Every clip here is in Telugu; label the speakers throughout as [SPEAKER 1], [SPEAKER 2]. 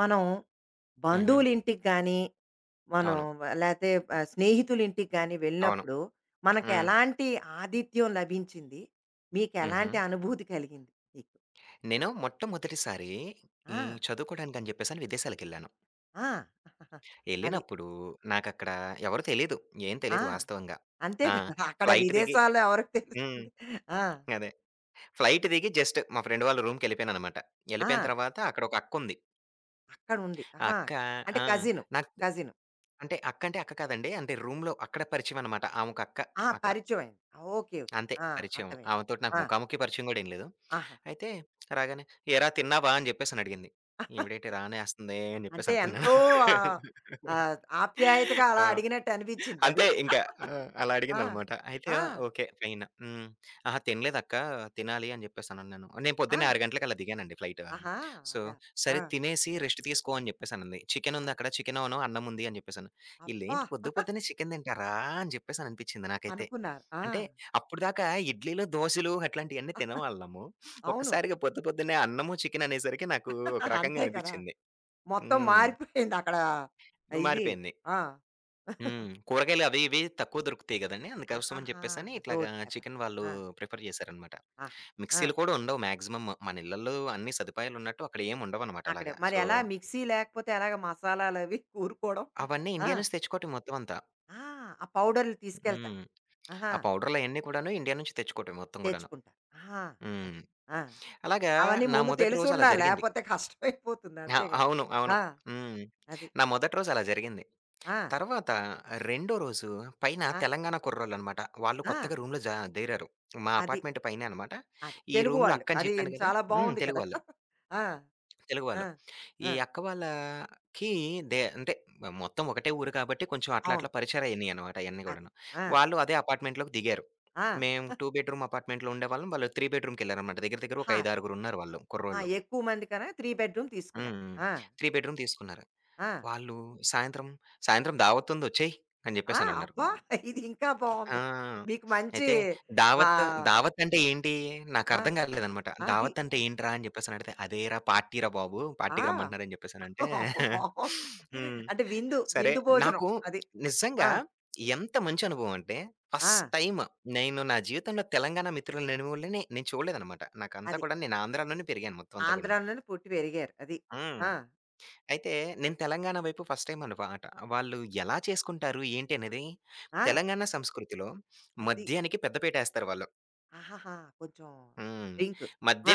[SPEAKER 1] మనం
[SPEAKER 2] హుహు.
[SPEAKER 1] బంధువుల ఇంటికి కానీ, మనం
[SPEAKER 2] అవును.
[SPEAKER 1] లేతే స్నేహితుల ఇంటికి గాని
[SPEAKER 2] అవును.
[SPEAKER 1] వెళ్ళినప్పుడు, మనకి
[SPEAKER 2] హ్మ్.
[SPEAKER 1] ఎలాంటి ఆతిథ్యం లభించింది?
[SPEAKER 2] హుహు.
[SPEAKER 1] మీకెలాంటి అనుభూతి కలిగింది మీకు?
[SPEAKER 2] నేను మొట్టమొదటిసారి
[SPEAKER 1] ఆ!
[SPEAKER 2] ఈ చదువుకోవడానికని జెప్పేసని విదేశాలకెళ్ళాను.
[SPEAKER 1] ఆ! అది.
[SPEAKER 2] ఎళ్ళినప్పుడు నాకక్కడ ఎవరు తెలీదు. ఏం
[SPEAKER 1] ఆ!
[SPEAKER 2] తెలీదు వాస్తవంగా.
[SPEAKER 1] అంతే
[SPEAKER 2] ఆ!
[SPEAKER 1] కదా! అక్కడ
[SPEAKER 2] ఫ్లైట్ దిగి
[SPEAKER 1] విదేశాల్లో ఎవరికి
[SPEAKER 2] హ్మ్.
[SPEAKER 1] తెలుస్తుంది? ఆ!
[SPEAKER 2] అదే. ఫ్లైట్ దిగి జస్ట్ మా ఫ్రెండ్ వాళ్ళ రూమ్‌కెళ్ళిపోయాననమాట.
[SPEAKER 1] ఆ!
[SPEAKER 2] ఎళ్ళిపోయిన తర్వాత అక్కడ ఒక అక్కుంది.
[SPEAKER 1] అక్కడుంది.
[SPEAKER 2] ఆ
[SPEAKER 1] ఆహా!
[SPEAKER 2] అక్క
[SPEAKER 1] అంటే
[SPEAKER 2] ఆ!
[SPEAKER 1] కజిను.
[SPEAKER 2] నాకు
[SPEAKER 1] కజిను.
[SPEAKER 2] అంటే అక్కంటే అక్క కాదండి. అంటే రూమ్‌లో అక్కడ పరిచయం అనమాట. ఆమొక అక్క
[SPEAKER 1] ఆ!
[SPEAKER 2] అక్కడ.
[SPEAKER 1] పరిచయం అయింది. ఓకే. ఓకే.
[SPEAKER 2] అంతే
[SPEAKER 1] ఆ!
[SPEAKER 2] పరిచయం.
[SPEAKER 1] అర్థమైంది.
[SPEAKER 2] ఆమెతోటి నాకు
[SPEAKER 1] ఆ!
[SPEAKER 2] ముఖాముఖి పరిచయం గూడా ఏం లేదు.
[SPEAKER 1] ఆహాహా!
[SPEAKER 2] అయితే రాగానే "ఏరా తిన్నావా?" అని జెప్పేసని అడిగింది. ఈవిడేటి రానేస్తుంది అని
[SPEAKER 1] అంటే
[SPEAKER 2] జెప్పేసనుకున్నాను.
[SPEAKER 1] ఎంతో ఆహ్, ఆహ్, ఆప్యాయతగా అలా
[SPEAKER 2] ఆ!
[SPEAKER 1] అడిగినట్టు అనిపించింది అది.
[SPEAKER 2] అంతే ఇంకా. ఆ! అలా
[SPEAKER 1] ఆ!
[SPEAKER 2] అడిగిందనమాట. అయితే
[SPEAKER 1] ఆ!
[SPEAKER 2] ఓకే. ఓకే. ఫైన్. హ్మ్. అహా! తినలేదక్క తినాలి అని జెప్పేసనన్నాను. నేను పొద్దున్నే
[SPEAKER 1] ఆ!
[SPEAKER 2] 6 గంటలకలా దిగానండి ఫ్లైట్.
[SPEAKER 1] ఆహా!
[SPEAKER 2] సో,
[SPEAKER 1] అదా! ఆ!
[SPEAKER 2] సరే తినేసి రెస్ట్ తీసుకో అని జెప్పేసనంది. చికెనుంది
[SPEAKER 1] అది.
[SPEAKER 2] అక్కడ చికెనూను, అన్నముంది అని జెప్పేసను.
[SPEAKER 1] అబ్బా!
[SPEAKER 2] ఈళ్ళేంటి పొద్దు పొద్దున్నే చికెను తింటారా అని జెప్పేసననిపిచ్చింది నాకైతే.
[SPEAKER 1] అనుకున్నారు. ఆ!
[SPEAKER 2] అంటే అప్పటిదాకా ఇడ్లీలు, దోసలు అట్లాంటియన్నీ తినేవాళ్ళము.
[SPEAKER 1] అవును.
[SPEAKER 2] ఒక్కసారిగా పొద్దు పొద్దున్నే అన్నము, చికెననేసరికి నాకు ఒక రకంగా
[SPEAKER 1] అంతే కదా!
[SPEAKER 2] అనిపిచ్చింది.
[SPEAKER 1] మొత్తం
[SPEAKER 2] హ్మ్.
[SPEAKER 1] మారిపోయిందక్కడ ఇది.
[SPEAKER 2] మారిపోయింది.
[SPEAKER 1] ఆ!
[SPEAKER 2] హ్మ్. కూరగాయలు అవి ఇవి తక్కువ దొరుకుతాయి గదండీ! అందుకోసం అని
[SPEAKER 1] ఆహాహా!
[SPEAKER 2] చెప్పేసని ఇట్లాగా
[SPEAKER 1] అదోటి కదా!
[SPEAKER 2] చికెన్ వాళ్ళు
[SPEAKER 1] ఆ!
[SPEAKER 2] ప్రిఫర్ జేశారనమాట.
[SPEAKER 1] ఆహా! ఆ!
[SPEAKER 2] మిక్సీలు కూడా ఉండవు మాక్సిమం. మన ఇళ్లల్లో అన్ని సదుపాయాలున్నట్టు అక్కడ ఏమి ఉండవనమాట
[SPEAKER 1] అక్కడే
[SPEAKER 2] అలాగా.
[SPEAKER 1] మరి
[SPEAKER 2] సో,
[SPEAKER 1] ఎలా మిక్సీ లేకపోతే ఎలాగ మసాలాలవి కూరుకోవడం?
[SPEAKER 2] అవన్నీ
[SPEAKER 1] ఆ!
[SPEAKER 2] ఇండియా నుంచి తెచ్చుకోవటం మొత్తం అంతా.
[SPEAKER 1] ఆ! ఆ పౌడర్‌లు తీసుకెళ్తారు.
[SPEAKER 2] హ్మ్.
[SPEAKER 1] ఆహా!
[SPEAKER 2] ఆ పౌడర్‌లు అయన్నీ కూడాను ఇండియా నుంచి తెచ్చుకోవటమే మొత్తం గూడాను.
[SPEAKER 1] తెచ్చుకుంటారు. ఆహా! మరి.
[SPEAKER 2] హ్మ్.
[SPEAKER 1] ఆ!
[SPEAKER 2] అలాగా
[SPEAKER 1] అవన్నీ
[SPEAKER 2] నా
[SPEAKER 1] ముందు
[SPEAKER 2] మొదటి రోజు అలా
[SPEAKER 1] తెలిసుండాలి.
[SPEAKER 2] జరిగింది.
[SPEAKER 1] లేపోతే కష్టమైపోతుంది.
[SPEAKER 2] ఆ!
[SPEAKER 1] అంతే కదా!
[SPEAKER 2] అవును. అవును.
[SPEAKER 1] ఆ!
[SPEAKER 2] హ్మ్.
[SPEAKER 1] అది.
[SPEAKER 2] నా మొదటి రోజు అలా జరిగింది.
[SPEAKER 1] ఆ!
[SPEAKER 2] తర్వాత రెండో రోజు పైన
[SPEAKER 1] ఆ!
[SPEAKER 2] తెలంగాణ కుర్రోళ్ళనమాట. వాళ్ళు
[SPEAKER 1] ఆ!
[SPEAKER 2] కొత్తగా రూమ్‌లో జా దేరారు. మా
[SPEAKER 1] అది.
[SPEAKER 2] అపార్ట్‌మెంట్ పైనే అనమాట.
[SPEAKER 1] అది.
[SPEAKER 2] ఈ
[SPEAKER 1] తెలుగు
[SPEAKER 2] రూమ్‌లో
[SPEAKER 1] వాళ్ళు.
[SPEAKER 2] అక్క అని
[SPEAKER 1] అది
[SPEAKER 2] చెప్పాను గదా!
[SPEAKER 1] చాలా
[SPEAKER 2] హ్మ్.
[SPEAKER 1] బావుంది కదా!
[SPEAKER 2] తెలుగువాళ్ళు.
[SPEAKER 1] ఆ! ఆ!
[SPEAKER 2] తెలుగువాళ్ళు. ఈ
[SPEAKER 1] ఆ!
[SPEAKER 2] అక్క వాళ్ళకి అంటే మొత్తం ఒకటే ఊరు కాబట్టి కొంచెం అట్లా
[SPEAKER 1] అవును.
[SPEAKER 2] అట్లా పరిచయాలయినయనమాట అయన్నీ
[SPEAKER 1] అది.
[SPEAKER 2] గూడాను.
[SPEAKER 1] ఆ!
[SPEAKER 2] వాళ్ళు అదే అపార్ట్‌మెంట్‌లోకి దిగారు.
[SPEAKER 1] ఆ!
[SPEAKER 2] మేము 2 బెడ్‌రూమ్ అపార్ట్‌మెంట్‌లో ఉండేవాళ్ళం. వాళ్ళు 3 బెడ్‌రూమ్‌కెళ్లారనమాట. దగ్గర దగ్గర ఒక
[SPEAKER 1] ఆ!
[SPEAKER 2] 5, 6 ఉన్నారువాళ్ళు
[SPEAKER 1] ఆ!
[SPEAKER 2] కుర్రోళ్ళు.
[SPEAKER 1] ఎక్కువ మంది కన 3 బెడ్‌రూమ్
[SPEAKER 2] హ్మ్.
[SPEAKER 1] తీసుకున్నారు.
[SPEAKER 2] హ్మ్.
[SPEAKER 1] ఆ!
[SPEAKER 2] 3 బెడ్‌రూమ్ తీసుకున్నారు.
[SPEAKER 1] ఆ!
[SPEAKER 2] వాళ్ళు సాయంత్రం, "సాయంత్రం దావతుంది ఒచ్చేయి" అని
[SPEAKER 1] ఆ!
[SPEAKER 2] జెప్పేసనన్నారు.
[SPEAKER 1] అబ్బా! ఇది ఇంకా బావుంది.
[SPEAKER 2] ఆ!
[SPEAKER 1] మీకు మంచి
[SPEAKER 2] అయితే దావత్,
[SPEAKER 1] ఆహ్,
[SPEAKER 2] దావత్ అంటే ఏంటి?
[SPEAKER 1] ఆ!
[SPEAKER 2] నాకర్థం కాలేదనమాట.
[SPEAKER 1] అది.
[SPEAKER 2] దావత్ అంటే ఏంట్రా? అని చెప్పేసనడిగితే, అదేరా పార్టీరా బాబు. పార్టీకి
[SPEAKER 1] ఆ!
[SPEAKER 2] రమ్మంటున్నారని చెప్పేసనంటే
[SPEAKER 1] బావుంది.
[SPEAKER 2] హ్మ్.
[SPEAKER 1] అంటే విందు,
[SPEAKER 2] సరే.
[SPEAKER 1] విందు భోజనం.
[SPEAKER 2] నాకు
[SPEAKER 1] అది. ఆ!
[SPEAKER 2] నిజంగా ఎంత మంచి అనుభవం అంటే,
[SPEAKER 1] ఆ!
[SPEAKER 2] ఫస్ట్ టైమ్ నేను నా జీవితంలో తెలంగాణ మిత్రులనేవోళ్ళని నేను చూడలేదనమాట. నాకంతా
[SPEAKER 1] అది.
[SPEAKER 2] కూడా నేను ఆంధ్రాలోనే పెరిగాను మొత్తం అంతా కూడాను.
[SPEAKER 1] ఆంధ్రాలోనే పుట్టి పెరిగారు. అది.
[SPEAKER 2] హ్మ్.
[SPEAKER 1] ఆ!
[SPEAKER 2] అయితే నేను తెలంగాణ వైపు ఫస్ట్ టైమ్ అన్నమాట. వాళ్ళు ఎలా చేసుకుంటారు? ఏంటి అనేది
[SPEAKER 1] ఆ!
[SPEAKER 2] తెలంగాణ సంస్కృతిలో
[SPEAKER 1] అది.
[SPEAKER 2] మద్యానికి పెద్దపీటేస్తారు వాళ్ళు.
[SPEAKER 1] ఆహాహా! కొంచెం
[SPEAKER 2] హ్మ్.
[SPEAKER 1] డ్రింక్.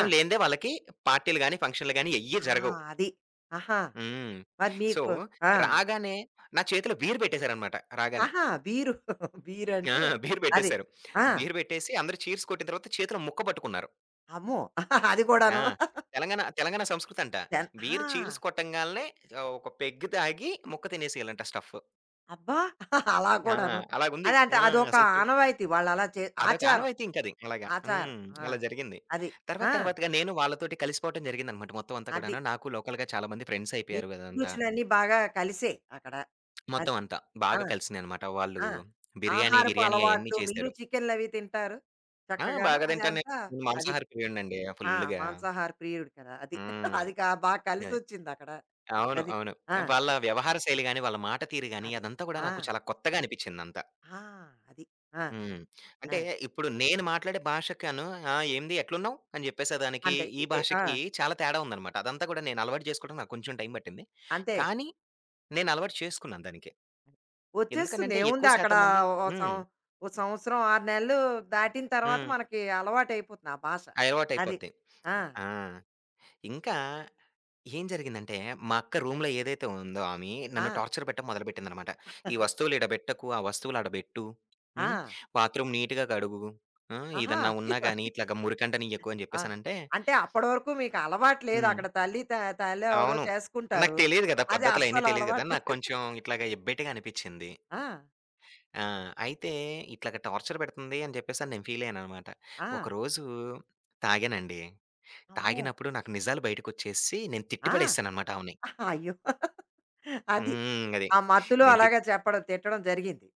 [SPEAKER 1] ఆ!
[SPEAKER 2] లేనిదే వాళ్ళకి పార్టీలు గాని, ఫంక్షన్‌లు గాని ఎయ్యి
[SPEAKER 1] ఆ!
[SPEAKER 2] జరగవు.
[SPEAKER 1] అది. ఆహా!
[SPEAKER 2] హ్మ్.
[SPEAKER 1] మరి
[SPEAKER 2] సో,
[SPEAKER 1] మీకు ఆ!
[SPEAKER 2] రాగానే నా చేతిలో బీర్ పెట్టేసారన్నమాట రాగానే.
[SPEAKER 1] ఆహా! బీరు.
[SPEAKER 2] ఆ!
[SPEAKER 1] బీరంటే
[SPEAKER 2] బీర్
[SPEAKER 1] అది.
[SPEAKER 2] పెట్టేసారు.
[SPEAKER 1] ఆ!
[SPEAKER 2] బీర్ పెట్టేసి అందరూ చీర్స్ కొట్టిన తర్వాత చేతిలో ముక్క పట్టుకున్నారు.
[SPEAKER 1] అమ్మో! అది కూడాను.
[SPEAKER 2] ఆ! తెలంగాణ తెలంగాణ సంస్కృతంట.
[SPEAKER 1] దెన్ ఆ!
[SPEAKER 2] బీర్ చీర్స్ కొట్టంగాల్నే ఒక పెగ్ తాగి ముక్క తినేసేయాలంట స్టఫ్.
[SPEAKER 1] అబ్బా! అలా
[SPEAKER 2] ఆ!
[SPEAKER 1] కూడాను.
[SPEAKER 2] అలాగుంది.
[SPEAKER 1] అదే అంటే
[SPEAKER 2] ఆ!
[SPEAKER 1] అదొక
[SPEAKER 2] అసలు చు
[SPEAKER 1] ఆనవాయితీ వాళ్ళలా చే
[SPEAKER 2] అదొక
[SPEAKER 1] ఆచారం.
[SPEAKER 2] ఆనవాయితీ ఇంకది. అలాగా.
[SPEAKER 1] ఆచారం.
[SPEAKER 2] హ్మ్.
[SPEAKER 1] ఆ!
[SPEAKER 2] అలా జరిగింది.
[SPEAKER 1] అది.
[SPEAKER 2] తర్వాత
[SPEAKER 1] ఆ!
[SPEAKER 2] తర్వాతగా నేను వాళ్ళతోటి కలిసిపోవటం జరిగిందనమాట మొత్తం అంతా
[SPEAKER 1] అది.
[SPEAKER 2] కూడాను. నాకు లోకల్‌గా చాలా మంది ఫ్రెండ్స్
[SPEAKER 1] మీ
[SPEAKER 2] అయిపోయారు అదంతా.
[SPEAKER 1] అభిరుచులన్నీ బాగా కలిసాయి అక్కడ.
[SPEAKER 2] మొత్తం
[SPEAKER 1] అది.
[SPEAKER 2] అంతా.
[SPEAKER 1] ఆ!
[SPEAKER 2] బాగా కలిసినాయనమాట. వాళ్ళు
[SPEAKER 1] ఆ!
[SPEAKER 2] బిర్యానీ,
[SPEAKER 1] ఆహారపు
[SPEAKER 2] గిర్యానీ అయన్నీ
[SPEAKER 1] అలవాట్లు మీరు
[SPEAKER 2] చేశారు.
[SPEAKER 1] చికెన్‌లవి తింటారు
[SPEAKER 2] ఆ!
[SPEAKER 1] చక్కగాను.
[SPEAKER 2] బాగా
[SPEAKER 1] అది
[SPEAKER 2] తింటాను నేను.
[SPEAKER 1] అంతా
[SPEAKER 2] నేను
[SPEAKER 1] అది.
[SPEAKER 2] మాంసాహార ప్రియుడినండి
[SPEAKER 1] ఆ!
[SPEAKER 2] ఫుల్లుగా.
[SPEAKER 1] మాంసాహార ప్రియుడు కదా! అది.
[SPEAKER 2] హ్మ్.
[SPEAKER 1] అది కా బా
[SPEAKER 2] అది.
[SPEAKER 1] కలిసొచ్చిందక్కడ.
[SPEAKER 2] అవును.
[SPEAKER 1] అది.
[SPEAKER 2] అవును.
[SPEAKER 1] ఆ!
[SPEAKER 2] వాళ్ళ వ్యవహార శైలి గాని, వాళ్ళ మాట తీరు గాని
[SPEAKER 1] అది.
[SPEAKER 2] అదంతా కూడా
[SPEAKER 1] ఆ!
[SPEAKER 2] నాకు చాలా కొత్తగా అనిపిచ్చిందంతా.
[SPEAKER 1] ఆ! అది. ఆ!
[SPEAKER 2] హ్మ్. అంటే
[SPEAKER 1] అది.
[SPEAKER 2] ఇప్పుడు నేను మాట్లాడే భాషకను ఆ! ఏంది ఎట్లున్నావు? అని చెప్పేసేదానికి,
[SPEAKER 1] అంతే.
[SPEAKER 2] ఈ
[SPEAKER 1] ఎ ఎ ఆ!
[SPEAKER 2] భాషకి చాలా తేడా ఉందనమాట. అదంతా కూడా నేను అలవాటు చేసుకోవడం నాకు కొంచెం టైం పట్టింది.
[SPEAKER 1] అంతే.
[SPEAKER 2] కానీ నేను అలవాటు చేసుకున్నాను దానికి.
[SPEAKER 1] వచ్చేస్తుంది.
[SPEAKER 2] ఎందుకనంటే
[SPEAKER 1] ఏముంది
[SPEAKER 2] ఎక్కువ
[SPEAKER 1] అక్కడ
[SPEAKER 2] శాతం మంది
[SPEAKER 1] ఓ సం
[SPEAKER 2] హ్మ్.
[SPEAKER 1] ఓ సంవత్సరం, 6 నెలలు దాటిన తర్వాత
[SPEAKER 2] హ్మ్.
[SPEAKER 1] మనకి అలవాటయిపోతుంది ఆ భాష. అది.
[SPEAKER 2] అలవాటయిపోద్ది.
[SPEAKER 1] ఆ!
[SPEAKER 2] ఆ! ఇంకా ఏం జరిగిందంటే, మా అక్క రూమ్‌లో ఏదైతే ఉందో ఆమె
[SPEAKER 1] ఆ!
[SPEAKER 2] నన్ను టార్చర్ పెట్టడం మొదలుపెట్టిందనమాట. "ఈ వస్తువులు ఈడ బెట్టకు, ఆ వస్తువులు ఆడ బెట్టు. హ్మ్.
[SPEAKER 1] ఆ!
[SPEAKER 2] బాత్రూమ్ నీట్‌గా కడుగు. ఆ!
[SPEAKER 1] ఆహా!
[SPEAKER 2] ఏదన్నా ఉన్నా గాని ఇట్లాగా మురికంటనియ్యకు" అని
[SPEAKER 1] ఆ!
[SPEAKER 2] చెప్పేసనంటే
[SPEAKER 1] అంటే అప్పటి వరకు మీకు అలవాటు లేదు.
[SPEAKER 2] హ్మ్.
[SPEAKER 1] అక్కడ తల్లి ఎవరో
[SPEAKER 2] అవును. నాకు
[SPEAKER 1] చేసుకుంటారు.
[SPEAKER 2] తెలీదు గదా!
[SPEAKER 1] అది
[SPEAKER 2] పద్ధతులయన్నీ
[SPEAKER 1] అస్సలు
[SPEAKER 2] తెలీదు గదా!
[SPEAKER 1] అలవాటు
[SPEAKER 2] నాకు
[SPEAKER 1] లేదు.
[SPEAKER 2] కొంచెం ఇట్లాగా ఎబ్బెట్టుగా అనిపిచ్చింది.
[SPEAKER 1] ఆ!
[SPEAKER 2] ఆ! అయితే ఇట్లాగ టార్చర్ పెడుతుంది అని జెప్పేసని నేను ఫీల్ అయ్యాననమాట.
[SPEAKER 1] ఆ!
[SPEAKER 2] ఒకరోజు తాగానండి.
[SPEAKER 1] అమ్మో!
[SPEAKER 2] తాగినప్పుడు నాకు నిజాలు బయటకొచ్చేసి నేను తిట్టి
[SPEAKER 1] ఆ!
[SPEAKER 2] పడేసాననమాట ఆమెని.
[SPEAKER 1] అయ్యో! అది.
[SPEAKER 2] హ్మ్. అది.
[SPEAKER 1] ఆ మత్తులో
[SPEAKER 2] నేను తిట్
[SPEAKER 1] అలాగా చెప్పడం, తిట్టడం జరిగింది.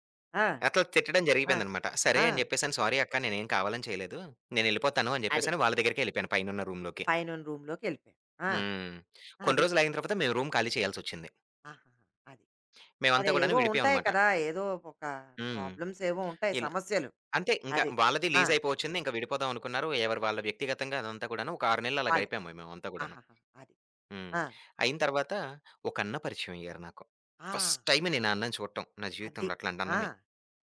[SPEAKER 1] ఆ!
[SPEAKER 2] అట్లా తిట్టడం
[SPEAKER 1] ఆ!
[SPEAKER 2] జరిగిపోయిందనమాట.
[SPEAKER 1] ఆ!
[SPEAKER 2] సరే అని జెప్పేసని, "సారీ అక్క నేనేం కావాలని చేయలేదు. నేనెళ్ళిపోతాను" అని
[SPEAKER 1] అది.
[SPEAKER 2] జెప్పేసని వాళ్ళ దగ్గరికే యెళ్ళిపోయాను పైనున్న రూమ్‌లోకి.
[SPEAKER 1] పైనున్న రూమ్‌లోకెళ్ళిపోయారు. ఆ!
[SPEAKER 2] హ్మ్. కొన్ని
[SPEAKER 1] అది.
[SPEAKER 2] రోజులాగిన తర్వాత మేము రూమ్ ఖాళీ చేయాల్సొచ్చింది.
[SPEAKER 1] ఆహాహా! అది. మరి
[SPEAKER 2] మేమంతా గూడాను
[SPEAKER 1] ఏవో ఉంటాయి
[SPEAKER 2] విడిపోయామనమాట.
[SPEAKER 1] కదా! ఏదో ఒక
[SPEAKER 2] హ్మ్.
[SPEAKER 1] ప్రాబ్లమ్స్ ఏవో ఉంటాయి
[SPEAKER 2] ఇలా
[SPEAKER 1] సమస్యలు.
[SPEAKER 2] అంతే. ఇంకా
[SPEAKER 1] అది.
[SPEAKER 2] వాళ్ళది
[SPEAKER 1] ఆ!
[SPEAKER 2] లీజ్ అయిపోవచ్చింది. ఇంక విడిపోదాం అనుకున్నారు. ఎవరి వాళ్ళ వ్యక్తిగతంగా అదంతా కూడాను. ఒక 6 నెలలు అలా
[SPEAKER 1] వాళ్ళు
[SPEAKER 2] గడిపాము మేమంతా గూడాను.
[SPEAKER 1] ఆహాహా! అది.
[SPEAKER 2] హ్మ్.
[SPEAKER 1] ఆ!
[SPEAKER 2] అయిన తర్వాత ఒక అన్న పరిచయం అయ్యారు నాకు.
[SPEAKER 1] ఆ!
[SPEAKER 2] ఫస్ట్ టైమ్ నేను ఆ అన్నని చూడటం నా
[SPEAKER 1] అది.
[SPEAKER 2] జీవితంలో అట్లాంటి
[SPEAKER 1] ఆ!
[SPEAKER 2] అన్నని.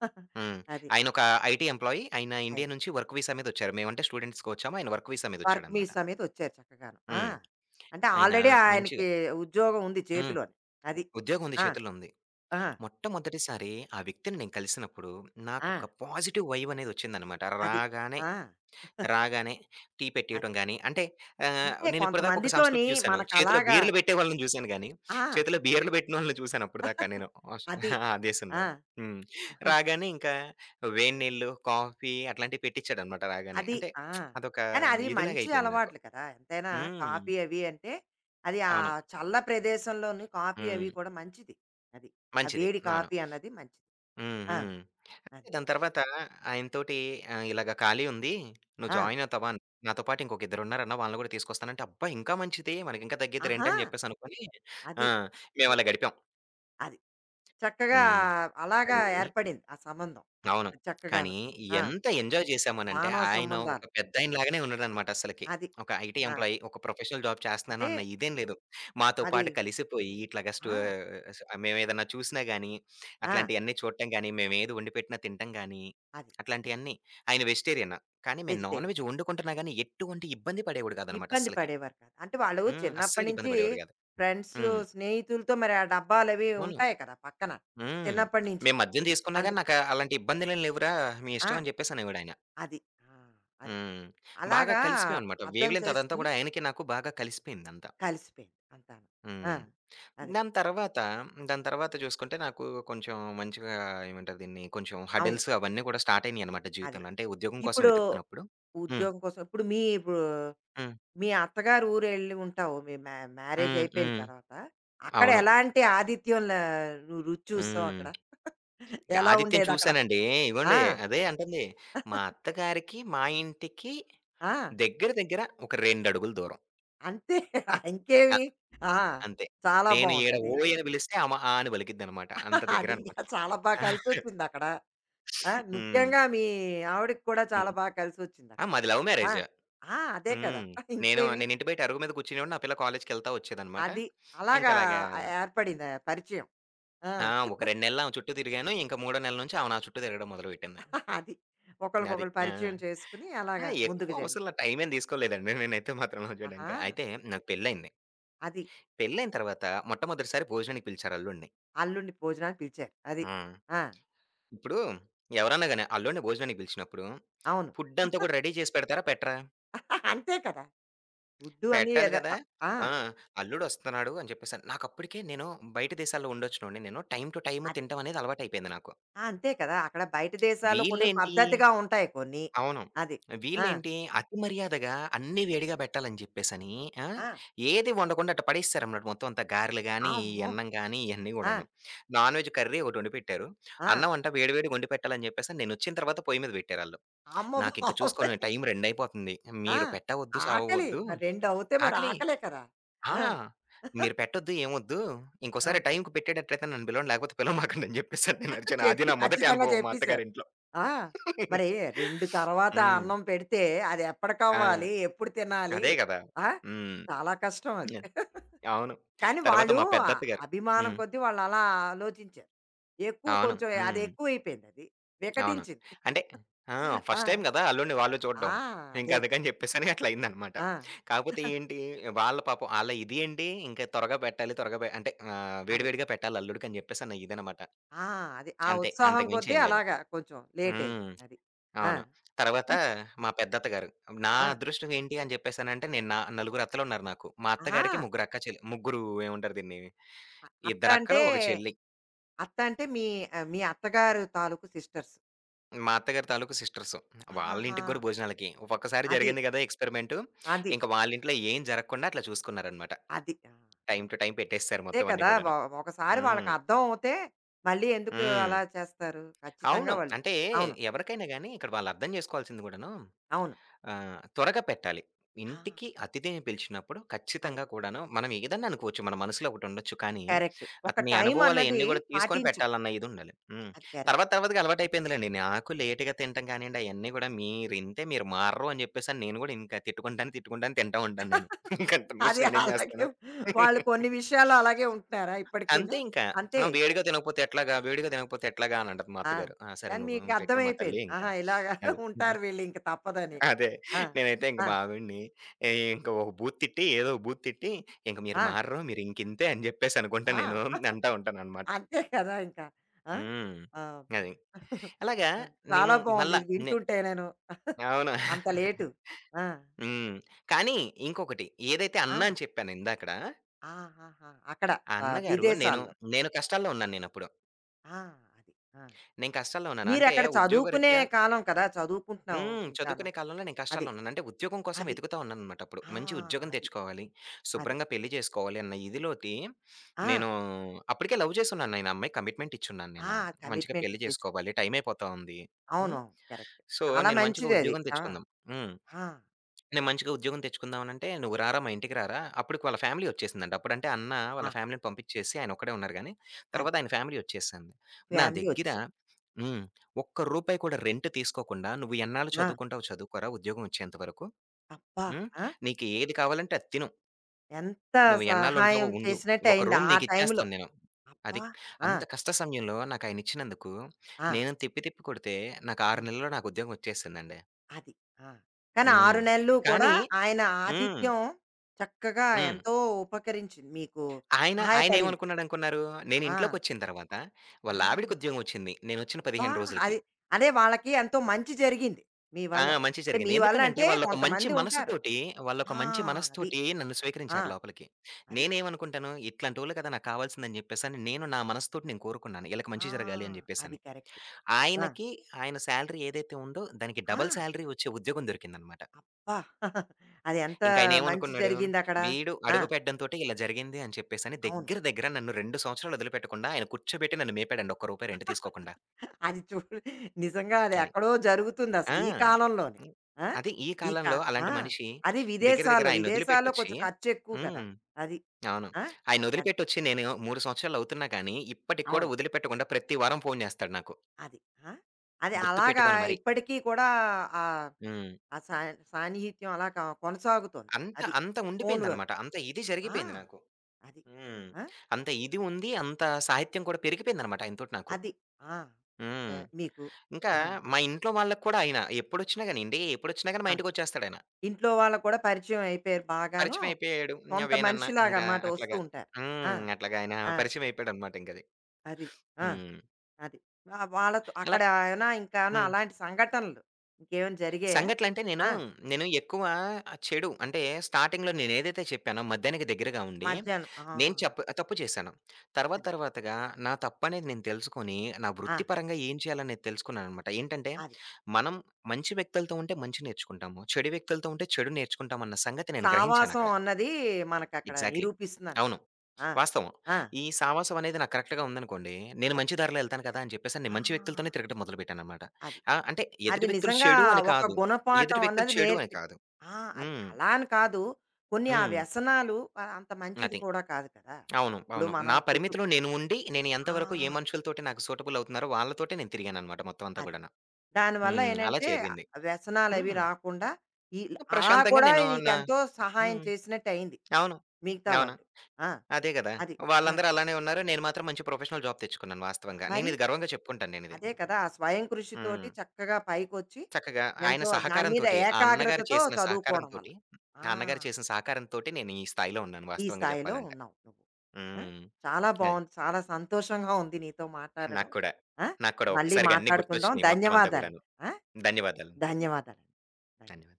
[SPEAKER 2] హ్మ్.
[SPEAKER 1] అది.
[SPEAKER 2] ఆయన ఒక ఐటీ ఎంప్లాయీ. ఆయన
[SPEAKER 1] అది.
[SPEAKER 2] ఇండియా నుంచి వర్క్ వీసా మీద వచ్చారు. మేమంటే స్టూడెంట్స్‌గా వచ్చాము. ఆయన వర్క్ వీసా మీద
[SPEAKER 1] వర్క్
[SPEAKER 2] వచ్చాడన్నమాట.
[SPEAKER 1] వీసా మీద వచ్చారు చక్కగాను. ఆ!
[SPEAKER 2] హ్మ్.
[SPEAKER 1] అంటే
[SPEAKER 2] ఆయన
[SPEAKER 1] ఆల్రెడీ
[SPEAKER 2] మంచిగా
[SPEAKER 1] ఆయనకి ఉద్యోగం ఉంది
[SPEAKER 2] హ్మ్.
[SPEAKER 1] చేతిలోని. అది.
[SPEAKER 2] ఉద్యోగం ఉంది.
[SPEAKER 1] ఆ!
[SPEAKER 2] చేతుల్లో ఉంది.
[SPEAKER 1] ఆ!
[SPEAKER 2] మొట్టమొదటిసారి ఆ వ్యక్తిని నేను కలిసినప్పుడు
[SPEAKER 1] ఆ!
[SPEAKER 2] నాకొక పాజిటివ్ వైబ్ అనేది వచ్చిందన్నమాట.
[SPEAKER 1] అది.
[SPEAKER 2] రాగానే
[SPEAKER 1] ఆ!
[SPEAKER 2] రాగానే టీ
[SPEAKER 1] అది.
[SPEAKER 2] పెట్టేయటం గాని, అంటే
[SPEAKER 1] అంటే
[SPEAKER 2] నేనిప్పటిదాకా ఒక సంస్కృతి
[SPEAKER 1] కొంతమందితోని
[SPEAKER 2] చూసాను. చేతిలో
[SPEAKER 1] మనకలాగా
[SPEAKER 2] బీర్లు పెట్టేవాళ్ళని చూసాను గానీ,
[SPEAKER 1] ఆ!
[SPEAKER 2] చేతిలో బీర్లు పెట్టినోళ్ళని చూసాను అప్పటిదాకా నేను. ఆష్
[SPEAKER 1] అది.
[SPEAKER 2] ఆ
[SPEAKER 1] ఆ!
[SPEAKER 2] దేశంలో. హ్మ్. రాగానే ఇంకా వేడి నీళ్ళు, కాఫీ అట్లాంటివి పెట్టిచ్చాడనమాట రాగానే.
[SPEAKER 1] అది.
[SPEAKER 2] అంటే
[SPEAKER 1] ఆ!
[SPEAKER 2] అదొక
[SPEAKER 1] కానీ అది
[SPEAKER 2] ఇదిలాగా
[SPEAKER 1] మంచి
[SPEAKER 2] అయిపోయింది నాకు.
[SPEAKER 1] అలవాట్లు కదా! ఎంతైనా
[SPEAKER 2] హ్మ్.
[SPEAKER 1] కాఫీ అవి అంటే అది ఆ
[SPEAKER 2] అవును.
[SPEAKER 1] చల్ల ప్రదేశంలోని కాఫీ అవి
[SPEAKER 2] హ్మ్.
[SPEAKER 1] కూడా మంచిది. అది. ఆ
[SPEAKER 2] మంచిది.
[SPEAKER 1] వేడి
[SPEAKER 2] అవును.
[SPEAKER 1] కాఫీ అన్నది మంచిది.
[SPEAKER 2] హ్మ్.
[SPEAKER 1] ఆ!
[SPEAKER 2] హ్మ్.
[SPEAKER 1] అది.
[SPEAKER 2] దాని తర్వాత ఆయనతోటి "ఇలాగ ఖాళీ ఉంది. నువ్వు
[SPEAKER 1] ఆ!
[SPEAKER 2] జాయిన్ అవుతావా?" అన్నా. నాతో పాటు ఇంకొక ఇద్దరున్నారన్నా వాళ్ళని కూడా తీసుకొస్తానంటే, అబ్బా! ఇంకా మంచిది. మనకింకా తగ్గిద్ది
[SPEAKER 1] ఆహా!
[SPEAKER 2] రెంటని చెప్పేసనుకోని
[SPEAKER 1] అది.
[SPEAKER 2] ఆ! మేమలా గడిపాం.
[SPEAKER 1] అది. చక్కగా
[SPEAKER 2] హ్మ్.
[SPEAKER 1] అలాగా
[SPEAKER 2] కానీ
[SPEAKER 1] ఏర్పడింది ఆ సంబంధం.
[SPEAKER 2] అవును.
[SPEAKER 1] చక్కగాను.
[SPEAKER 2] కానీ
[SPEAKER 1] ఆ!
[SPEAKER 2] ఎంత ఎంజాయ్ చేశామనంటే,
[SPEAKER 1] మానవ
[SPEAKER 2] ఆయన ఒక
[SPEAKER 1] సంబంధాలు.
[SPEAKER 2] పెద్దాయనలాగానే ఉన్నాడనమాట అసలకి.
[SPEAKER 1] అది.
[SPEAKER 2] ఒక ఐటీ
[SPEAKER 1] ఆ!
[SPEAKER 2] ఎంప్లాయీ, ఒక ప్రొఫెషనల్ జాబ్ చేస్తున్నాను
[SPEAKER 1] అంటే
[SPEAKER 2] అన్న ఇదేం లేదు. మాతో
[SPEAKER 1] అది
[SPEAKER 2] పాటు కలిసిపోయి ఇట్లాగా స్టో
[SPEAKER 1] ఆ!
[SPEAKER 2] స్ మేమేదన్నా చూసినా గానీ,
[SPEAKER 1] ఆ!
[SPEAKER 2] అట్లాంటియన్నీ చూడటం గానీ, మేమేది వండిపెట్టినా తినటం గానీ,
[SPEAKER 1] అది.
[SPEAKER 2] అట్లాంటియన్నీ. ఆయన వెజిటేరియన్. కానీ మేము నాన్
[SPEAKER 1] వెజిటేరియన్.
[SPEAKER 2] వెజ్ వండుకుంటున్నా గానీ, ఎటువంటి ఇబ్బంది పడేవాడు కాదనమాట
[SPEAKER 1] ఇబ్బంది
[SPEAKER 2] అస్సలకి.
[SPEAKER 1] పడేవారు కాదు. అంటే వాళ్ళు
[SPEAKER 2] హ్మ్.
[SPEAKER 1] చిన్నప్పటి
[SPEAKER 2] అస్సలకి ఇబ్బంది
[SPEAKER 1] నుంచి
[SPEAKER 2] పడేవాడు కాదు.
[SPEAKER 1] ఫ్రెండ్స్,
[SPEAKER 2] హ్మ్.
[SPEAKER 1] స్నేహితులతో మరి ఆ డబ్బాలవి
[SPEAKER 2] అవును.
[SPEAKER 1] ఉంటాయి కదా! పక్కన.
[SPEAKER 2] హ్మ్.
[SPEAKER 1] చిన్నప్పటి నుంచి.
[SPEAKER 2] మేము మద్యం తీసుకున్నా
[SPEAKER 1] అందు
[SPEAKER 2] గానీ, "నాకు అలాంటి ఇబ్బందులేం లేవురా! మీ
[SPEAKER 1] ఆ!
[SPEAKER 2] ఇష్టం" అని చెప్పేసనేవాడాయన.
[SPEAKER 1] అది. ఆ! అది.
[SPEAKER 2] హ్మ్. బాగా
[SPEAKER 1] అలాగా
[SPEAKER 2] కలిసిపోయామనమాట.
[SPEAKER 1] అర్థం
[SPEAKER 2] వేవ్ లెంత్ అదంతా
[SPEAKER 1] చేసుకొని
[SPEAKER 2] కూడా ఆయనకి నాకు బాగా కలిసిపోయిందంతా.
[SPEAKER 1] కలిసిపోయింది అంతాను. ఆ!
[SPEAKER 2] హ్మ్.
[SPEAKER 1] అది.
[SPEAKER 2] దాని తర్వాత, దాని తర్వాత చూసుకుంటే నాకు కొంచెం మంచిగా ఏమంటారు దీన్ని, కొంచెం
[SPEAKER 1] అవును.
[SPEAKER 2] హడల్స్ అవన్నీ కూడా స్టార్ట్ అయినాయనమాట
[SPEAKER 1] అది.
[SPEAKER 2] జీవితంలో. అంటే ఉద్యోగం కోసం
[SPEAKER 1] ఇప్పుడు
[SPEAKER 2] వెతుకుతున్నప్పుడు. హ్మ్.
[SPEAKER 1] ఉద్యోగం కోసం ఇప్పుడు మీ ఇప్పుడు
[SPEAKER 2] హ్మ్.
[SPEAKER 1] మీ అత్తగారు ఊరెళ్ళి ఉంటావు. మీ మ్యారేజ్
[SPEAKER 2] హ్మ్.
[SPEAKER 1] అయిపోయిన
[SPEAKER 2] హ్మ్.
[SPEAKER 1] తర్వాత. అక్కడ
[SPEAKER 2] అవును.
[SPEAKER 1] ఎలాంటి ఆతిథ్యం ల నువ్వు రుచి చూసావు
[SPEAKER 2] హ్మ్.
[SPEAKER 1] అక్కడ? ఎలా
[SPEAKER 2] ఆదిత్యని
[SPEAKER 1] ఉండేదక్కడ?
[SPEAKER 2] చూసానండి.
[SPEAKER 1] ఆ!
[SPEAKER 2] ఇగోండి అదే అంటుంది. మా అత్తగారికి, మా ఇంటికి
[SPEAKER 1] ఆ!
[SPEAKER 2] దగ్గర దగ్గర ఒక 2 అడుగుల దూరం.
[SPEAKER 1] అంతే
[SPEAKER 2] అ
[SPEAKER 1] ఇంకేమి. ఆ!
[SPEAKER 2] అంతే.
[SPEAKER 1] చాలా
[SPEAKER 2] నేను ఈడ
[SPEAKER 1] బావుందది.
[SPEAKER 2] ఓయ్ అని పిలిస్తే ఆమ ఆ అని
[SPEAKER 1] అది
[SPEAKER 2] పలికిద్దనమాట. అంత
[SPEAKER 1] అది
[SPEAKER 2] దగ్గరనమాట.
[SPEAKER 1] ఇంకా చాలా బా కలిసొచ్చిందక్కడ. ఆ!
[SPEAKER 2] హ్మ్.
[SPEAKER 1] ముఖ్యంగా మీ ఆవిడకి కూడా చాలా
[SPEAKER 2] హ్మ్.
[SPEAKER 1] బా
[SPEAKER 2] ఆ!
[SPEAKER 1] కలిసొచ్చిందక్కడ.
[SPEAKER 2] మాది లవ్
[SPEAKER 1] ఆ!
[SPEAKER 2] మ్యారేజే.
[SPEAKER 1] ఆ! అదే కదా!
[SPEAKER 2] హ్మ్. నేను
[SPEAKER 1] ఇంకేమి.
[SPEAKER 2] నేను ఇంటి బయట అరుగు మీద కూర్చునేవాడిని. ఆ పిల్ల కాలేజ్‌కెళ్తా వచ్చేదనమాట.
[SPEAKER 1] అది అలాగా
[SPEAKER 2] ఇంకలాగా
[SPEAKER 1] ఏర్పడిందా పరిచయం. ఆ!
[SPEAKER 2] ఆ!
[SPEAKER 1] పరిచయం.
[SPEAKER 2] ఒక 2 నెలలు ఆమె చుట్టూ తిరిగాను. ఇంకా మూడో నెల నుంచి ఆమె నా చుట్టూ తిరగడం మొదలుపెట్టింది.
[SPEAKER 1] అది.
[SPEAKER 2] అది.
[SPEAKER 1] ఒకళ్ళకొకళ్ళు
[SPEAKER 2] ఆ!
[SPEAKER 1] పరిచయం చేసుకుని
[SPEAKER 2] ఆ!
[SPEAKER 1] అలాగా ముందుకు
[SPEAKER 2] ఎక్కువ
[SPEAKER 1] జరిగింది.
[SPEAKER 2] అసల టైమేం తీసుకోలేదండి. నేనైతే మాత్రం లవ్
[SPEAKER 1] ఆహా!
[SPEAKER 2] చేయడానికి. అయితే నాకు పెళ్లయింది.
[SPEAKER 1] అది.
[SPEAKER 2] పెళ్లయిన తర్వాత మొట్టమొదటిసారి భోజనానికి పిలిచారు అల్లుడిని.
[SPEAKER 1] అల్లుడిని భోజనానికి పిలిచారు. అది.
[SPEAKER 2] ఆ!
[SPEAKER 1] ఆ!
[SPEAKER 2] ఇప్పుడు ఎవరన్నా గాని అల్లుడిని భోజనానికి పిలిచినప్పుడు
[SPEAKER 1] అవును.
[SPEAKER 2] ఫుడ్డంతా కూడా రెడీ చేసి పెడతారా? పెట్టరా?
[SPEAKER 1] అంతే కదా! ఫుడ్డు అన్నీ
[SPEAKER 2] పెట్టాలి
[SPEAKER 1] ఎర
[SPEAKER 2] గదా!
[SPEAKER 1] అ ఆ!
[SPEAKER 2] ఆ! అల్లుడొస్తున్నాడు అని చెప్పేసని. నాకప్పటికే నేను బయట దేశాల్లో ఉండొచ్చినోడిని నేను. టైమ్ టు టైమ్
[SPEAKER 1] అది.
[SPEAKER 2] తినటం అనేది అలవాటయిపోయింది నాకు.
[SPEAKER 1] ఆ! అంతే కదా! అక్కడ బయట దేశాల్లో కొన్ని
[SPEAKER 2] వీళ్ళేంటి
[SPEAKER 1] పద్ధతిగా ఉంటాయి కొన్ని.
[SPEAKER 2] అవును.
[SPEAKER 1] అది. ఆ!
[SPEAKER 2] వీళ్ళేంటి అతి మర్యాదగా అన్నీ వేడిగా పెట్టాలని జెప్పేసని ఆ!
[SPEAKER 1] ఆ!
[SPEAKER 2] ఏది వండకుండా అట్ట పడేసేసారన్నమాట మొత్తం అంతా. గారెలు గానీ, ఈ
[SPEAKER 1] అమ్మో!
[SPEAKER 2] అన్నం గానీ ఇయన్నీ
[SPEAKER 1] ఆ!
[SPEAKER 2] గూడాను. నాన్ వెజ్ కర్రీ ఒకటొండి పెట్టారు.
[SPEAKER 1] ఆ!
[SPEAKER 2] అన్నం అంట వేడి వేడిగా వండి పెట్టాలని జెప్పేసని నేనొచ్చిన తర్వాత పొయ్యి మీద పెట్టారాళ్ళు.
[SPEAKER 1] అమ్మ
[SPEAKER 2] నాకింక
[SPEAKER 1] బాబోయ్!
[SPEAKER 2] చూసుకొని టైం 2 అయిపోతుంది.
[SPEAKER 1] ఆ!
[SPEAKER 2] మీరు పెట్టవద్దు,
[SPEAKER 1] ఆకలి.
[SPEAKER 2] చావవద్దు
[SPEAKER 1] మరి 2 అవుతే మరి
[SPEAKER 2] ఆకలి
[SPEAKER 1] ఆకలే కదా!
[SPEAKER 2] ఆ!
[SPEAKER 1] ఆ!
[SPEAKER 2] మీరు పెట్టొద్దు, ఏమొద్దు.
[SPEAKER 1] ఆ!
[SPEAKER 2] ఇంకోసారి టైంకి పెట్టేటట్లయితే నన్ను పిలవండి. లేకపోతే పిలవమాకండి అని జెప్పేసని నేనరిచాను. అది
[SPEAKER 1] చెప్పి
[SPEAKER 2] నా మొదటి
[SPEAKER 1] ఖచ్చితంగా
[SPEAKER 2] అనుభవం మా
[SPEAKER 1] చెప్పేసారు.
[SPEAKER 2] అత్తగారింట్లో.
[SPEAKER 1] ఆ! మరి 2 తర్వాత
[SPEAKER 2] హ్మ్.
[SPEAKER 1] అన్నం పెడితే అది
[SPEAKER 2] ఆ!
[SPEAKER 1] ఎప్పటికవ్వాలి? ఎప్పుడు తినాలి?
[SPEAKER 2] అదే గదా!
[SPEAKER 1] ఆ!
[SPEAKER 2] హ్మ్.
[SPEAKER 1] చాలా కష్టం అది.
[SPEAKER 2] యాహ్! అవును.
[SPEAKER 1] కానీ
[SPEAKER 2] తర్వాత
[SPEAKER 1] వాళ్ళు
[SPEAKER 2] మా
[SPEAKER 1] ఆ
[SPEAKER 2] పెద్దత్తగారు
[SPEAKER 1] అభిమానం
[SPEAKER 2] హ్మ్.
[SPEAKER 1] కొద్దీ వాళ్ళలా ఆలోచించారు. ఎక్కువ
[SPEAKER 2] అవును.
[SPEAKER 1] కొంచెం అది
[SPEAKER 2] హ్మ్.
[SPEAKER 1] ఎక్కువైపోయిందది.
[SPEAKER 2] అవును.
[SPEAKER 1] వికటించింది.
[SPEAKER 2] అంటే ఆ! ఫస్ట్ టైమ్
[SPEAKER 1] ఆ!
[SPEAKER 2] గదా! అల్లుడిని వాళ్ళు చూడడం.
[SPEAKER 1] ఆ!
[SPEAKER 2] ఇంక
[SPEAKER 1] అదే కదా!
[SPEAKER 2] అందుకని జెప్పేసని అట్లయిందనమాట.
[SPEAKER 1] ఆ!
[SPEAKER 2] కాకపోతే ఏంటి వాళ్ళ పాపం ఆళ్ళ ఇది ఏంటి, ఇంకా త్వరగా పెట్టాలి, త్వరగా పె అంటే వేడి
[SPEAKER 1] అదే.
[SPEAKER 2] వేడిగా పెట్టాలి అల్లుడికని జెప్పేసన్న ఇదనమాట.
[SPEAKER 1] ఆ! అదే. ఆ
[SPEAKER 2] అంతే.
[SPEAKER 1] ఉత్సాహం
[SPEAKER 2] అంతకు మించి
[SPEAKER 1] కొద్దీ
[SPEAKER 2] ఏం లేదు.
[SPEAKER 1] అలాగా కొంచెం లేటయింది.
[SPEAKER 2] హ్మ్.
[SPEAKER 1] అది. ఆ!
[SPEAKER 2] అవును. తర్వాత మా పెద్దత్తగారు. నా
[SPEAKER 1] ఆ!
[SPEAKER 2] అదృష్టం ఏంటి అని చెప్పేసనంటే నేను నా నలుగురు అత్తలున్నారు నాకు. మా
[SPEAKER 1] ఆహా!
[SPEAKER 2] అత్తగారికి ముగ్గురు అక్క చెల్ ముగ్గురు ఏమంటారు దీన్ని?
[SPEAKER 1] అ అత్త అంటే,
[SPEAKER 2] ఇద్దరక్కలు, ఒక చెల్లి.
[SPEAKER 1] అత్త అంటే మీ మీ అత్తగారు తాలూకు సిస్టర్స్.
[SPEAKER 2] మా అత్తగారి తాలూకు సిస్టర్స్. వాళ్ళ
[SPEAKER 1] ఆహాహా!
[SPEAKER 2] ఇంటికి గూడా భోజనాలకి. ఒక్కసారి
[SPEAKER 1] అది.
[SPEAKER 2] జరిగింది గదా! ఎక్స్‌పెరిమెంటు.
[SPEAKER 1] అది.
[SPEAKER 2] ఇంక వాళ్ళింట్లో ఏం జరగకుండా అట్లా చూసుకున్నారనమాట.
[SPEAKER 1] అది. ఆ! అది.
[SPEAKER 2] టైమ్ టు టైమ్ పెట్టేసేసారు
[SPEAKER 1] అంతే
[SPEAKER 2] మొత్తం అన్నీ
[SPEAKER 1] కదా! వ
[SPEAKER 2] గూడాను.
[SPEAKER 1] ఒకసారి వాళ్ళకి
[SPEAKER 2] హ్మ్.
[SPEAKER 1] అర్థం అవుతే మళ్ళీ ఎందుకు
[SPEAKER 2] హ్మ్.
[SPEAKER 1] అలా చేస్తారు? ఖచ్చితంగా
[SPEAKER 2] అవును.
[SPEAKER 1] వాళ్ళు
[SPEAKER 2] అంటే
[SPEAKER 1] అవును.
[SPEAKER 2] ఎవరికైనా గాని ఇక్కడ వాళ్ళు అర్థం జేసుకోవాల్సింది గూడాను
[SPEAKER 1] అవును.
[SPEAKER 2] ఆ! త్వరగా పెట్టాలి.
[SPEAKER 1] ఆ!
[SPEAKER 2] ఇంటికి అతిథిని పిలిచినప్పుడు
[SPEAKER 1] అది.
[SPEAKER 2] ఖచ్చితంగా కూడాను మనం ఏదన్నా అనుకోవచ్చు. మన మనసులో ఒకటుండొచ్చు. కానీ
[SPEAKER 1] కరెక్ట్. ఒక
[SPEAKER 2] అతని
[SPEAKER 1] టైమ్ అన్నది
[SPEAKER 2] అనుభవాలయన్నీ గూడా తీసుకొని
[SPEAKER 1] పాటించాలి.
[SPEAKER 2] పెట్టాలన్న ఇదుండాలి. హ్మ్.
[SPEAKER 1] అది కరెక్ట్.
[SPEAKER 2] తర్వాత తర్వాతగా అలవాటయిపోయిందిలెండి. నాకు లేట్‌గా తినటం కానియండి, అయన్నీ గూడా మీరింతే మీరు మారరు అని జెప్పేసని నేను గూడా ఇంకా తిట్టుకుంటాను తింటా ఉంటాను నేను. ఇంక అంతకు
[SPEAKER 1] అది
[SPEAKER 2] మించి నేనేం
[SPEAKER 1] అలాగే
[SPEAKER 2] జేస్తాను?
[SPEAKER 1] వాళ్ళు కొన్ని విషయాల్లో అలాగే ఉంటున్నారా ఇప్పటికీను?
[SPEAKER 2] అంతే ఇంకా.
[SPEAKER 1] అంతే
[SPEAKER 2] ఆ!
[SPEAKER 1] ఇంక.
[SPEAKER 2] వేడిగా తినకపోతే ఎట్లాగా? వేడిగా తినకపోతే ఎట్లాగా? అనంటది మా
[SPEAKER 1] ఆ!
[SPEAKER 2] అత్తగారు. ఆ! సరే
[SPEAKER 1] కానీ
[SPEAKER 2] నువ్వు
[SPEAKER 1] మీకు
[SPEAKER 2] పెట్టమ్మా తల్లి
[SPEAKER 1] అర్థమైపోయింది.
[SPEAKER 2] ఇంకా.
[SPEAKER 1] ఆహా! ఇలాగా
[SPEAKER 2] అది.
[SPEAKER 1] ఉంటారు వీళ్ళు ఇంక తప్పదని.
[SPEAKER 2] అదే.
[SPEAKER 1] ఆ!
[SPEAKER 2] నేనైతే ఇంక
[SPEAKER 1] ఆ!
[SPEAKER 2] మా ఆవిడని ఏ ఇంక ఒక బూత్ తిట్టి, ఏదో ఒక బూత్ తిట్టి, "ఇంక మీరు
[SPEAKER 1] ఆ!
[SPEAKER 2] మారరు. మీరు ఇంకింతే" అని జెప్పేసి అనుకుంటా నేను
[SPEAKER 1] ఆ!
[SPEAKER 2] అంటా ఉంటాననమాట.
[SPEAKER 1] అంతే కదా ఇంకా. ఆ!
[SPEAKER 2] హ్మ్.
[SPEAKER 1] ఆ!
[SPEAKER 2] అది. అలాగా నేను
[SPEAKER 1] చాలా బావుంది.
[SPEAKER 2] మళ్ళా
[SPEAKER 1] ఇది
[SPEAKER 2] నే
[SPEAKER 1] వింటుంటే నేను.
[SPEAKER 2] అవును.
[SPEAKER 1] అంత లేటు. ఆ!
[SPEAKER 2] హ్మ్. కానీ ఇంకొకటి ఏదైతే
[SPEAKER 1] ఆ!
[SPEAKER 2] అన్న అని చెప్పానో ఇందాకడ,
[SPEAKER 1] ఆహాహా! అక్కడ
[SPEAKER 2] ఆ అన్నగారు నేను
[SPEAKER 1] విదేశాల్లో.
[SPEAKER 2] నేను కష్టాల్లో ఉన్నాను నేనప్పుడు.
[SPEAKER 1] ఆ! అది. ఆ!
[SPEAKER 2] నేను కష్టాల్లో ఉన్నాను. అంటే
[SPEAKER 1] మీరక్కడ చదువుకునే
[SPEAKER 2] ఉద్యోగరీత్యా
[SPEAKER 1] కాలం కదా! చదువుకుంటున్నావు
[SPEAKER 2] హ్మ్.
[SPEAKER 1] ఇంకాను.
[SPEAKER 2] చదువుకునే కాలంలో నేను
[SPEAKER 1] అది.
[SPEAKER 2] కష్టాల్లో ఉన్నాను. అంటే ఉద్యోగం కోసం
[SPEAKER 1] అది.
[SPEAKER 2] వెతుకుతా ఉన్నాననమాట అప్పుడు.
[SPEAKER 1] ఆ!
[SPEAKER 2] మంచి ఉద్యోగం
[SPEAKER 1] అది.
[SPEAKER 2] తెచ్చుకోవాలి.
[SPEAKER 1] అది.
[SPEAKER 2] శుభ్రంగా పెళ్లి చేసుకోవాలి అన్న ఇదిలోటి
[SPEAKER 1] ఆ!
[SPEAKER 2] నేను అప్పటికే లవ్ చేసున్నాను. నేను ఆ అమ్మాయికి కమిట్మెంట్ ఇచ్చున్నాను
[SPEAKER 1] ఆ!
[SPEAKER 2] నేను. మంచిగా
[SPEAKER 1] కమిట్మెంట్
[SPEAKER 2] పెళ్లి
[SPEAKER 1] ఇచ్చేసారు.
[SPEAKER 2] చేసుకోవాలి. టైం అయిపోతా ఉంది.
[SPEAKER 1] అవునవును.
[SPEAKER 2] హ్మ్.
[SPEAKER 1] కరెక్ట్.
[SPEAKER 2] సో,
[SPEAKER 1] చాలా
[SPEAKER 2] నేను మంచిగా
[SPEAKER 1] మంచిదది.
[SPEAKER 2] ఉద్యోగం
[SPEAKER 1] ఆ!
[SPEAKER 2] తెచ్చుకుందాం. హ్మ్.
[SPEAKER 1] ఆ!
[SPEAKER 2] నేను మంచిగా ఉద్యోగం తెచ్చుకుందామనంటే, "నువ్వు రారా మా ఇంటికి రారా" అప్పటికి వాళ్ళ ఫ్యామిలీ వచ్చేసిందంట. అప్పుడంటే అన్న వాళ్ళ
[SPEAKER 1] ఆ!
[SPEAKER 2] ఫ్యామిలీని పంపించేసి ఆయన ఒక్కడే ఉన్నారు గానీ,
[SPEAKER 1] అది.
[SPEAKER 2] తర్వాత ఆయన ఫ్యామిలీ వచ్చేసింది. నా
[SPEAKER 1] ఫ్యామిలీ
[SPEAKER 2] దగ్గర
[SPEAKER 1] వచ్చేసారు.
[SPEAKER 2] హ్మ్. ఒక్క రూపాయి కూడా రెంట్ తీసుకోకుండా, "నువ్వు ఎన్నాళ్ళు
[SPEAKER 1] ఆ!
[SPEAKER 2] చదువుకుంటావో చదువుకోరా ఉద్యోగం వచ్చేంత వరకు.
[SPEAKER 1] అబ్బా!
[SPEAKER 2] హ్మ్.
[SPEAKER 1] ఆ!
[SPEAKER 2] నీకు ఏది కావాలంటే అది తిను.
[SPEAKER 1] ఎంత
[SPEAKER 2] నువ్వు ఎన్నాళ్ళుంటావో
[SPEAKER 1] సహాయం
[SPEAKER 2] ఉండు.
[SPEAKER 1] చేసినట్టు
[SPEAKER 2] ఒక
[SPEAKER 1] అయింది
[SPEAKER 2] రూమ్
[SPEAKER 1] ఆ టైంలో.
[SPEAKER 2] నీకిచ్చేస్తాను నేను." అది.
[SPEAKER 1] అబ్బా! ఆ!
[SPEAKER 2] అంత కష్ట సమయంలో నాకాయన ఇచ్చినందుకు,
[SPEAKER 1] ఆ!
[SPEAKER 2] నేను తిప్పి తిప్పి కొడితే 6
[SPEAKER 1] హ్మ్.
[SPEAKER 2] నెలల్లో నాకు ఉద్యోగం వచ్చేసిందండి.
[SPEAKER 1] అది. ఆ! కానీ
[SPEAKER 2] హ్మ్.
[SPEAKER 1] 6 నెలలు కూడా
[SPEAKER 2] కానీ
[SPEAKER 1] ఆయన
[SPEAKER 2] హ్మ్.
[SPEAKER 1] ఆతిథ్యం చక్కగా
[SPEAKER 2] హ్మ్.
[SPEAKER 1] ఎంతో ఉపకరించింది. మీకు సహాయపడింది.
[SPEAKER 2] ఆయనేమనుకున్నాడనుకున్నారు? నేను
[SPEAKER 1] ఆ!
[SPEAKER 2] ఇంట్లోకొచ్చిన తర్వాత, వాళ్ళ ఆవిడకి
[SPEAKER 1] ఆ!
[SPEAKER 2] ఉద్యోగం వచ్చింది. నేనొచ్చిన
[SPEAKER 1] అబ్బా!
[SPEAKER 2] 15 రోజులకి.
[SPEAKER 1] అది. అదే వాళ్ళకి ఎంతో మంచి జరిగింది మీ
[SPEAKER 2] ఆ!
[SPEAKER 1] వల్ల.
[SPEAKER 2] మంచి
[SPEAKER 1] అంటే మీ
[SPEAKER 2] జరిగింది.
[SPEAKER 1] వల్ల
[SPEAKER 2] ఎందుకనంటే
[SPEAKER 1] అంటే
[SPEAKER 2] వాళ్ళొక మంచి
[SPEAKER 1] కొంతమంది ఉంటారు.
[SPEAKER 2] మనసుతోటి, వాళ్ళొక
[SPEAKER 1] ఆ!
[SPEAKER 2] మంచి
[SPEAKER 1] అది.
[SPEAKER 2] మనసుతోటి నన్ను
[SPEAKER 1] ఆ!
[SPEAKER 2] స్వీకరించారు లోపలికి.
[SPEAKER 1] అది.
[SPEAKER 2] నేనేమనుకుంటాను, ఇట్లాంటోళ్ళు కదా! నాకు కావాల్సిందని జెప్పేసని, నేను నా మనసుతోటి నేను కోరుకున్నాను. ఈళ్ళకి
[SPEAKER 1] ఆ!
[SPEAKER 2] మంచి జరగాలి అని
[SPEAKER 1] అది
[SPEAKER 2] జెప్పేసని.
[SPEAKER 1] కరెక్ట్. ఆ!
[SPEAKER 2] ఆయనకి ఆయన సాలరీ ఏదైతే ఉందో, దానికి
[SPEAKER 1] ఆ!
[SPEAKER 2] డబుల్ సాలరీ వచ్చే ఉద్యోగం దొరికిందనమాట.
[SPEAKER 1] అబ్బా! అది ఎంత మంచి
[SPEAKER 2] ఇంకాయనేమనుకున్నాడు,
[SPEAKER 1] జరిగిందక్కడ.
[SPEAKER 2] వీడు
[SPEAKER 1] ఆ!
[SPEAKER 2] అడుగు పెట్టడంతోటే ఇలా జరిగింది అని చెప్పేసని
[SPEAKER 1] అవును.
[SPEAKER 2] దగ్గర దగ్గర నన్ను 2 సంవత్సరాలు వదిలిపెట్టకుండా ఆయన కూర్చోబెట్టి నన్ను మేపాడండి. ఒక్క రూపాయి రెంట్ తీసుకోకుండా.
[SPEAKER 1] అది చూడు నిజంగా అది
[SPEAKER 2] అది.
[SPEAKER 1] ఎక్కడో జరుగుతుంది అసలు
[SPEAKER 2] ఆ!
[SPEAKER 1] ఈ కాలంలోనే.
[SPEAKER 2] హ్మ్.
[SPEAKER 1] ఆ!
[SPEAKER 2] అది ఈ
[SPEAKER 1] ఈ కా
[SPEAKER 2] కాలంలో
[SPEAKER 1] ఆ!
[SPEAKER 2] అలాంటి మనిషి
[SPEAKER 1] అది
[SPEAKER 2] దగ్గర దగ్గర
[SPEAKER 1] విదేశాల్లో. విదేశాల్లో
[SPEAKER 2] ఆయనొదిలిపెట్టొచ్చి
[SPEAKER 1] కొంచెం ఖర్చెక్కువ కదా!
[SPEAKER 2] హ్మ్.
[SPEAKER 1] అది.
[SPEAKER 2] అవును.
[SPEAKER 1] ఆ! అది.
[SPEAKER 2] ఆయనొదిలిపెట్టొచ్చి నేను 3 సంవత్సరాలు అవుతున్నా కానీ, ఇప్పటికి కూడా
[SPEAKER 1] అవును.
[SPEAKER 2] వదిలిపెట్టకుండా ప్రతి వారం ఫోను చేస్తాడు నాకు.
[SPEAKER 1] అది. ఆ! అది అలాగా
[SPEAKER 2] గుర్తుపెట్టుకొని మరీ.
[SPEAKER 1] ఇప్పటికీ కూడా ఆహ్,
[SPEAKER 2] హ్మ్.
[SPEAKER 1] ఆ సా సాన్నిహిత్యం అలా క కొనసాగుతోంది.
[SPEAKER 2] అంత
[SPEAKER 1] అది.
[SPEAKER 2] అంత
[SPEAKER 1] ఫోనులోని.
[SPEAKER 2] ఉండిపోయిందనమాట. అంత ఇది
[SPEAKER 1] ఆ!
[SPEAKER 2] జరిగిపోయింది నాకు.
[SPEAKER 1] అది.
[SPEAKER 2] హ్మ్.
[SPEAKER 1] ఆ!
[SPEAKER 2] అంత ఇది ఉంది. అంత సాహిత్యం కూడా పెరిగిపోయిందనమాట ఆయనతోటి నాకు.
[SPEAKER 1] అది. ఆ!
[SPEAKER 2] హ్మ్.
[SPEAKER 1] మీకు.
[SPEAKER 2] ఇంకా
[SPEAKER 1] ఆ!
[SPEAKER 2] మా ఇంట్లో వాళ్ళకి కూడా ఆయన ఎప్పుడొచ్చినా గాని
[SPEAKER 1] ఆ!
[SPEAKER 2] మా ఇంటికొచ్చేస్తాడాయన.
[SPEAKER 1] ఇంట్లో వాళ్ళకి కూడా పరిచయం అయిపోయారు బాగాను.
[SPEAKER 2] పరిచయం అయిపోయాడు. హ్మ్.
[SPEAKER 1] సొంత
[SPEAKER 2] వేనన్న
[SPEAKER 1] మనిషిలాగా
[SPEAKER 2] ఇంకా
[SPEAKER 1] అన్నమాట వస్తూ
[SPEAKER 2] అట్లాగా.
[SPEAKER 1] ఉంటారు. ఆ!
[SPEAKER 2] హ్మ్. అట్లాగా ఆయన
[SPEAKER 1] ఆ!
[SPEAKER 2] పరిచయం అయిపోయాడన్నమాట ఇంకది.
[SPEAKER 1] అది. ఆ!
[SPEAKER 2] హ్మ్.
[SPEAKER 1] అది. ఆ! వాళ్ళతో
[SPEAKER 2] అలా
[SPEAKER 1] అక్కడ ఏమైనా ఇంకా ఏమైనా
[SPEAKER 2] హ్మ్.
[SPEAKER 1] అలాంటి సంఘటనలు ఇంకేమైనా జరిగాయా?
[SPEAKER 2] సంఘటనంటే నేను,
[SPEAKER 1] ఆ!
[SPEAKER 2] నేను ఎక్కువ చెడు అంటే స్టార్టింగ్‌లో నేనేదైతే చెప్పానో మద్యానికి దగ్గరగా ఉండి,
[SPEAKER 1] మధ్యాహ్నం. ఆ!
[SPEAKER 2] నేను చెప్ తప్పు చేశాను. తర్వాత
[SPEAKER 1] అది.
[SPEAKER 2] తర్వాతగా నా తప్పనేది నేను తెలుసుకొని, నా
[SPEAKER 1] ఆ!
[SPEAKER 2] వృత్తిపరంగా ఏం చేయాలనేది తెలుసుకున్నాననమాట. ఏంటంటే,
[SPEAKER 1] అది.
[SPEAKER 2] మనం మంచి వ్యక్తులతో ఉంటే మంచి నేర్చుకుంటాము. చెడు వ్యక్తులతో ఉంటే చెడు నేర్చుకుంటామన్న సంగతి నేను
[SPEAKER 1] సావాసం
[SPEAKER 2] గ్రహించానక్కడ.
[SPEAKER 1] అన్నది మనకక్కడ
[SPEAKER 2] ఎగ్జాక్ట్‌లీ.
[SPEAKER 1] నిరూపిస్తుందంటావు.
[SPEAKER 2] అవును.
[SPEAKER 1] ఆ!
[SPEAKER 2] వాస్తవం.
[SPEAKER 1] ఆ!
[SPEAKER 2] ఈ సావాసం అనేది నాకు కరెక్ట్‌గా ఉందనుకోండి, నేను
[SPEAKER 1] అది.
[SPEAKER 2] మంచి దారిలో ఎళ్తాను కదా! అని చెప్పేసి
[SPEAKER 1] ఆ!
[SPEAKER 2] నేను మంచి వ్యక్తులతోనే తిరగటం మొదలుపెట్టానన్నమాట.
[SPEAKER 1] అది.
[SPEAKER 2] ఆహ్, అంటే
[SPEAKER 1] అది
[SPEAKER 2] ఎదుటి వ్యక్తులు
[SPEAKER 1] నిజంగా
[SPEAKER 2] చెడు అని
[SPEAKER 1] ఒక
[SPEAKER 2] కాదు.
[SPEAKER 1] గుణపాఠం
[SPEAKER 2] ఎదుటి వ్యక్తులు
[SPEAKER 1] అన్నది
[SPEAKER 2] చెడు అని
[SPEAKER 1] నేర్పి
[SPEAKER 2] కాదు.
[SPEAKER 1] ఆ! అది
[SPEAKER 2] హ్మ్.
[SPEAKER 1] అలా అని కాదు. కొన్ని ఆ
[SPEAKER 2] హ్మ్.
[SPEAKER 1] వ్యసనాలు అంత మంచిది
[SPEAKER 2] అది.
[SPEAKER 1] కూడా కాదు కదా!
[SPEAKER 2] అవును.
[SPEAKER 1] ఇప్పుడు
[SPEAKER 2] అవును.
[SPEAKER 1] మనం
[SPEAKER 2] నా
[SPEAKER 1] కుటు
[SPEAKER 2] పరిమితిలో నేను ఉండి, నేను
[SPEAKER 1] ఆ!
[SPEAKER 2] ఎంతవరకు ఏ మనుషులతోటి నాకు సూటబుల్ అవుతున్నారో వాళ్ళతోటే నేను తిరిగానన్నమాట మొత్తం అంతా
[SPEAKER 1] అది.
[SPEAKER 2] కూడాను.
[SPEAKER 1] దానివల్ల
[SPEAKER 2] హ్మ్. అలా
[SPEAKER 1] ఏంటంటే
[SPEAKER 2] జరిగింది.
[SPEAKER 1] వ్యసనాలవి
[SPEAKER 2] హ్మ్.
[SPEAKER 1] రాకుండా ఈ అలా
[SPEAKER 2] ప్రశాంతంగా
[SPEAKER 1] కూడా
[SPEAKER 2] నేను నా
[SPEAKER 1] నీకెంతో సహాయం
[SPEAKER 2] హ్మ్.
[SPEAKER 1] చేసినట్టు అయింది
[SPEAKER 2] అవును.
[SPEAKER 1] మిగతా
[SPEAKER 2] అవును.
[SPEAKER 1] వాళ్ళు. ఆ!
[SPEAKER 2] అదే గదా!
[SPEAKER 1] అది. ఆ!
[SPEAKER 2] వాళ్ళందరూ అలానే ఉన్నారు. నేను మాత్రం మంచి ప్రొఫెషనల్ జాబ్ తెచ్చుకున్నాను
[SPEAKER 1] ఆ!
[SPEAKER 2] వాస్తవంగా.
[SPEAKER 1] మరి
[SPEAKER 2] నేనిది గర్వంగా చెప్పుకుంటాను నేనిది.
[SPEAKER 1] అదే కదా! ఆ స్వయం కృషితోటి
[SPEAKER 2] హ్మ్.
[SPEAKER 1] చక్కగా పైకొచ్చి
[SPEAKER 2] చక్కగా ఆయన
[SPEAKER 1] ఎంతో దాని మీద
[SPEAKER 2] సహకారంతోటి,
[SPEAKER 1] ఏకాగ్రతతో చదువుకోవడం వల్ల. ఆ!
[SPEAKER 2] ఆ అన్నగారు చేసిన సహకారంతోటి నేను ఈ స్థాయిలో ఉన్నాను
[SPEAKER 1] ఈ
[SPEAKER 2] వాస్తవంగా
[SPEAKER 1] స్థాయిలో
[SPEAKER 2] జెప్పాలంటే.
[SPEAKER 1] ఉన్నావు నువ్వు. ఆ!
[SPEAKER 2] హ్మ్.
[SPEAKER 1] చాలా
[SPEAKER 2] అది.
[SPEAKER 1] బావుంది. చాలా సంతోషంగా ఉంది నీతో మాట్లాడడం.
[SPEAKER 2] నాకు కూడా.
[SPEAKER 1] ఆ!
[SPEAKER 2] నాకు కూడా
[SPEAKER 1] మళ్ళీ
[SPEAKER 2] ఒక్కసారిగా అన్నీ
[SPEAKER 1] మాట్లాడుకుందాం.
[SPEAKER 2] గుర్తొచ్చినియి మొత్తం అంతా గూడాను.
[SPEAKER 1] ధన్యవాదాలండి. ఆ!
[SPEAKER 2] ధన్యవాదాలు.
[SPEAKER 1] ధన్యవాదాలండి. ధన్యవాదాలు.
[SPEAKER 2] ధన్యవాదాలు.